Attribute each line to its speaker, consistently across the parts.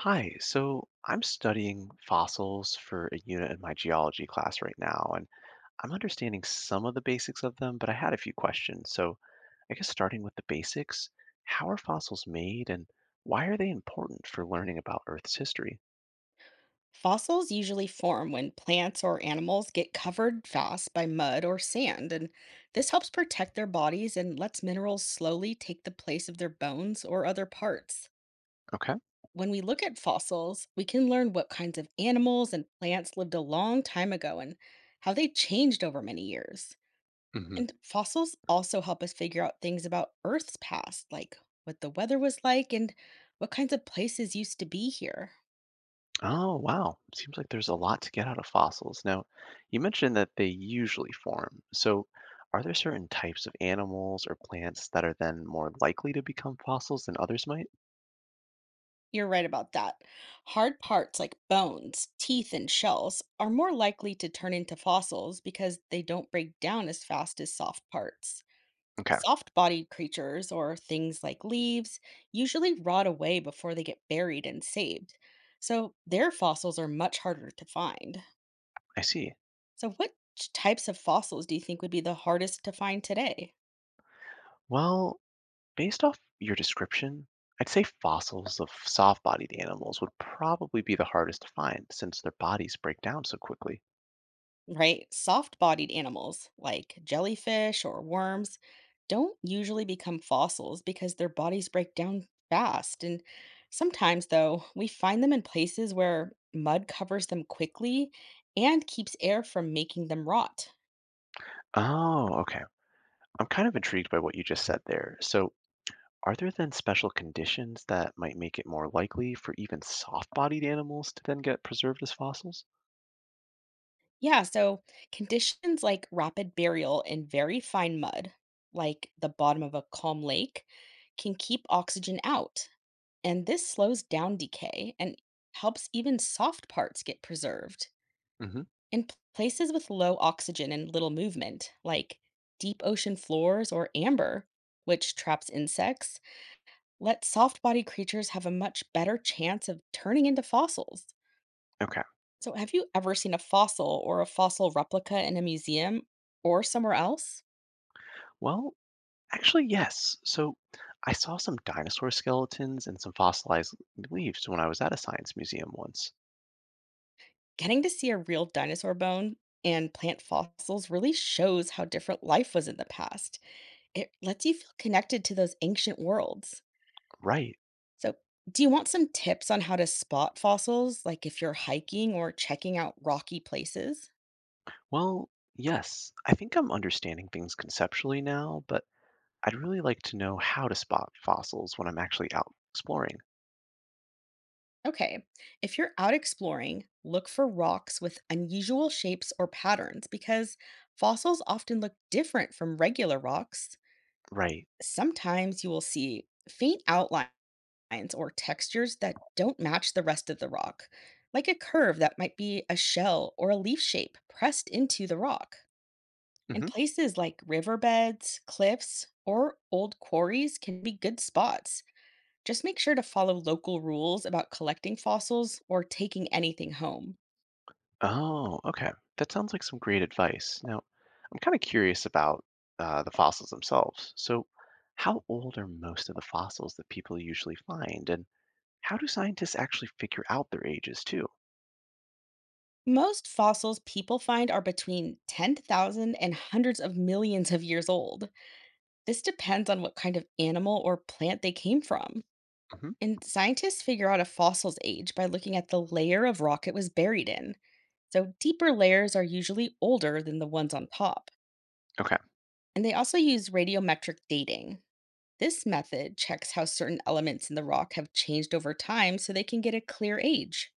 Speaker 1: Hi, so I'm studying fossils for a unit in my geology class right now, and I'm understanding some of the basics of them, but I had a few questions. So I guess starting with the basics, how are fossils made and why are they important for learning about Earth's history?
Speaker 2: Fossils usually form when plants or animals get covered fast by mud or sand, and this helps protect their bodies and lets minerals slowly take the place of their bones or other parts.
Speaker 1: Okay.
Speaker 2: When we look at fossils, we can learn what kinds of animals and plants lived a long time ago and how they changed over many years.
Speaker 1: Hmm.
Speaker 2: And fossils also help us figure out things about Earth's past, like what the weather was like and what kinds of places used to be here.
Speaker 1: Oh, wow. Seems like there's a lot to get out of fossils. Now, you mentioned that they usually form. So are there certain types of animals or plants that are then more likely to become fossils than others might?
Speaker 2: You're right about that. Hard parts like bones, teeth, and shells are more likely to turn into fossils because they don't break down as fast as soft parts.
Speaker 1: Okay,
Speaker 2: Soft bodied creatures, or things like leaves, usually rot away before they get buried and saved, so their fossils are much harder to find.
Speaker 1: I see.
Speaker 2: So, what types of fossils do you think would be the hardest to find today?
Speaker 1: Well, based off your description, I'd say fossils of soft bodied animals would probably be the hardest to find since their bodies break down so quickly.
Speaker 2: Right? Soft bodied animals like jellyfish or worms don't usually become fossils because their bodies break down fast. And sometimes, though, we find them in places where mud covers them quickly and keeps air from making them rot.
Speaker 1: Oh, okay. I'm kind of intrigued by what you just said there. So, are there then special conditions that might make it more likely for even soft bodied animals to then get preserved as fossils?
Speaker 2: Yeah, so conditions like rapid burial in very fine mud, like the bottom of a calm lake, can keep oxygen out. And this slows down decay and helps even soft parts get preserved.
Speaker 1: Hmm.
Speaker 2: In places with low oxygen and little movement, like deep ocean floors or amber, which traps insects, let soft bodied creatures have a much better chance of turning into fossils.
Speaker 1: Okay.
Speaker 2: So, have you ever seen a fossil or a fossil replica in a museum or somewhere else?
Speaker 1: Well, actually, yes. So, I saw some dinosaur skeletons and some fossilized leaves when I was at a science museum once.
Speaker 2: Getting to see a real dinosaur bone and plant fossils really shows how different life was in the past. It lets you feel connected to those ancient worlds.
Speaker 1: Right.
Speaker 2: So, do you want some tips on how to spot fossils, like if you're hiking or checking out rocky places?
Speaker 1: Well, yes, I think I'm understanding things conceptually now, but I'd really like to know how to spot fossils when I'm actually out exploring.
Speaker 2: Okay, if you're out exploring, look for rocks with unusual shapes or patterns because fossils often look different from regular rocks.
Speaker 1: Right.
Speaker 2: Sometimes you will see faint outlines or textures that don't match the rest of the rock, like a curve that might be a shell or a leaf shape pressed into the rock. And
Speaker 1: Hmm.
Speaker 2: places like riverbeds, cliffs, or old quarries can be good spots. Just make sure to follow local rules about collecting fossils or taking anything home.
Speaker 1: Oh, okay. That sounds like some great advice. Now, I'm kind of curious about the fossils themselves. So, how old are most of the fossils that people usually find, and how do scientists actually figure out their ages too?
Speaker 2: Most fossils people find are between 10,000 and hundreds of millions of years old. This depends on what kind of animal or plant they came from.
Speaker 1: Hmm.
Speaker 2: And scientists figure out a fossil's age by looking at the layer of rock it was buried in. So, deeper layers are usually older than the ones on top.
Speaker 1: Okay,
Speaker 2: And they also use radiometric dating. This method checks how certain elements in the rock have changed over time so they can get a clear age.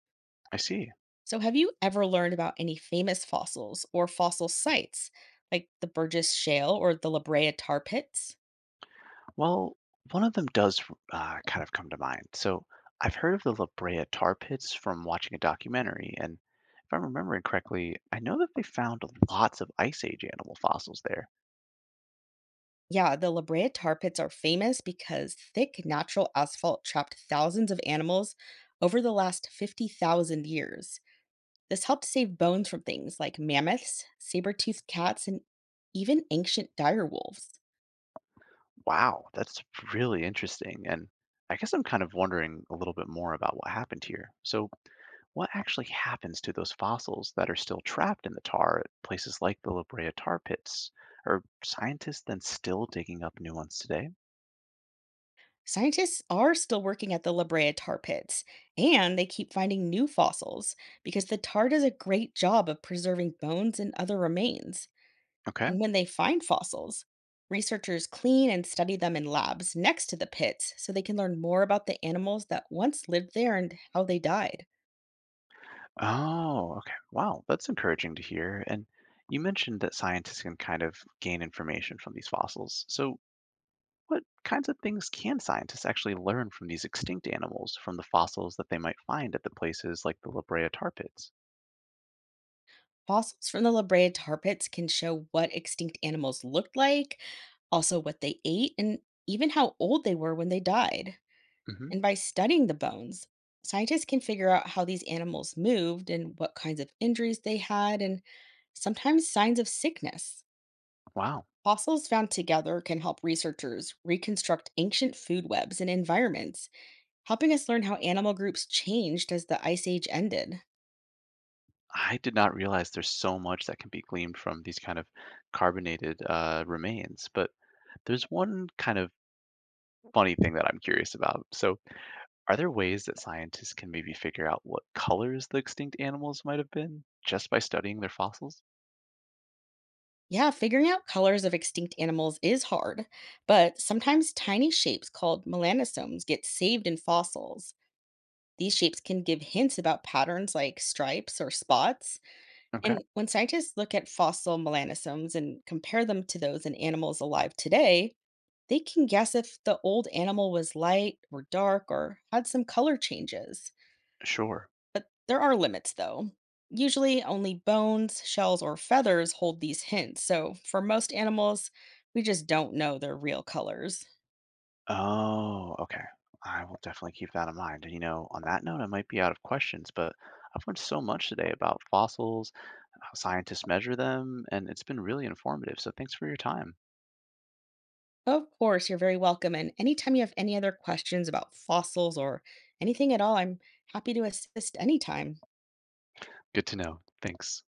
Speaker 1: I see.
Speaker 2: So, have you ever learned about any famous fossils or fossil sites, like the Burgess Shale or the La Brea tar pits?
Speaker 1: Well, one of them does kind of come to mind. So I've heard of the La Brea Tar Pits from watching a documentary, and if I'm remembering correctly, I know that they found lots of Ice Age animal fossils there.
Speaker 2: Yeah, the La Brea tar pits are famous because thick natural asphalt trapped thousands of animals over the last 50,000 years. This helped save bones from things like mammoths, saber toothed cats, and even ancient dire wolves.
Speaker 1: Wow, that's really interesting. And I guess I'm kind of wondering a little bit more about what happened here. So, what actually happens to those fossils that are still trapped in the tar at places like the La Brea Tar Pits? Are scientists then still digging up new ones today?
Speaker 2: Scientists are still working at the La Brea tar pits, and they keep finding new fossils because the tar does a great job of preserving bones and other remains.
Speaker 1: Okay.
Speaker 2: And when they find fossils, researchers clean and study them in labs next to the pits so they can learn more about the animals that once lived there and how they died.
Speaker 1: Oh, okay. Wow, that's encouraging to hear. And you mentioned that scientists can kind of gain information from these fossils. So, what kinds of things can scientists actually learn from these extinct animals from the fossils that they might find at the places like the La Brea tar pits?
Speaker 2: Fossils from the La Brea tar pits can show what extinct animals looked like, also what they ate, and even how old they were when they died.
Speaker 1: Hmm.
Speaker 2: And by studying the bones, scientists can figure out how these animals moved and what kinds of injuries they had, and sometimes signs of sickness.
Speaker 1: Wow.
Speaker 2: Fossils found together can help researchers reconstruct ancient food webs and environments, helping us learn how animal groups changed as the ice age ended.
Speaker 1: I did not realize there's so much that can be gleaned from these kind of carbonated remains, but there's one kind of funny thing that I'm curious about. So, are there ways that scientists can maybe figure out what colors the extinct animals might have been just by studying their fossils?
Speaker 2: Yeah, figuring out colors of extinct animals is hard, but sometimes tiny shapes called melanosomes get saved in fossils. These shapes can give hints about patterns like stripes or spots.
Speaker 1: Okay,
Speaker 2: And when scientists look at fossil melanosomes and compare them to those in animals alive today, they can guess if the old animal was light or dark or had some color changes.
Speaker 1: sure.
Speaker 2: But there are limits, though. Usually, only bones, shells, or feathers hold these hints. So, for most animals, we just don't know their real colors.
Speaker 1: Oh, okay. I will definitely keep that in mind. And, you know, on that note, I might be out of questions, but I've learned so much today about fossils, how scientists measure them, and it's been really informative. So thanks for your time.
Speaker 2: Of course, you're very welcome. And anytime you have any other questions about fossils or anything at all, I'm happy to assist anytime.
Speaker 1: Good to know. Thanks.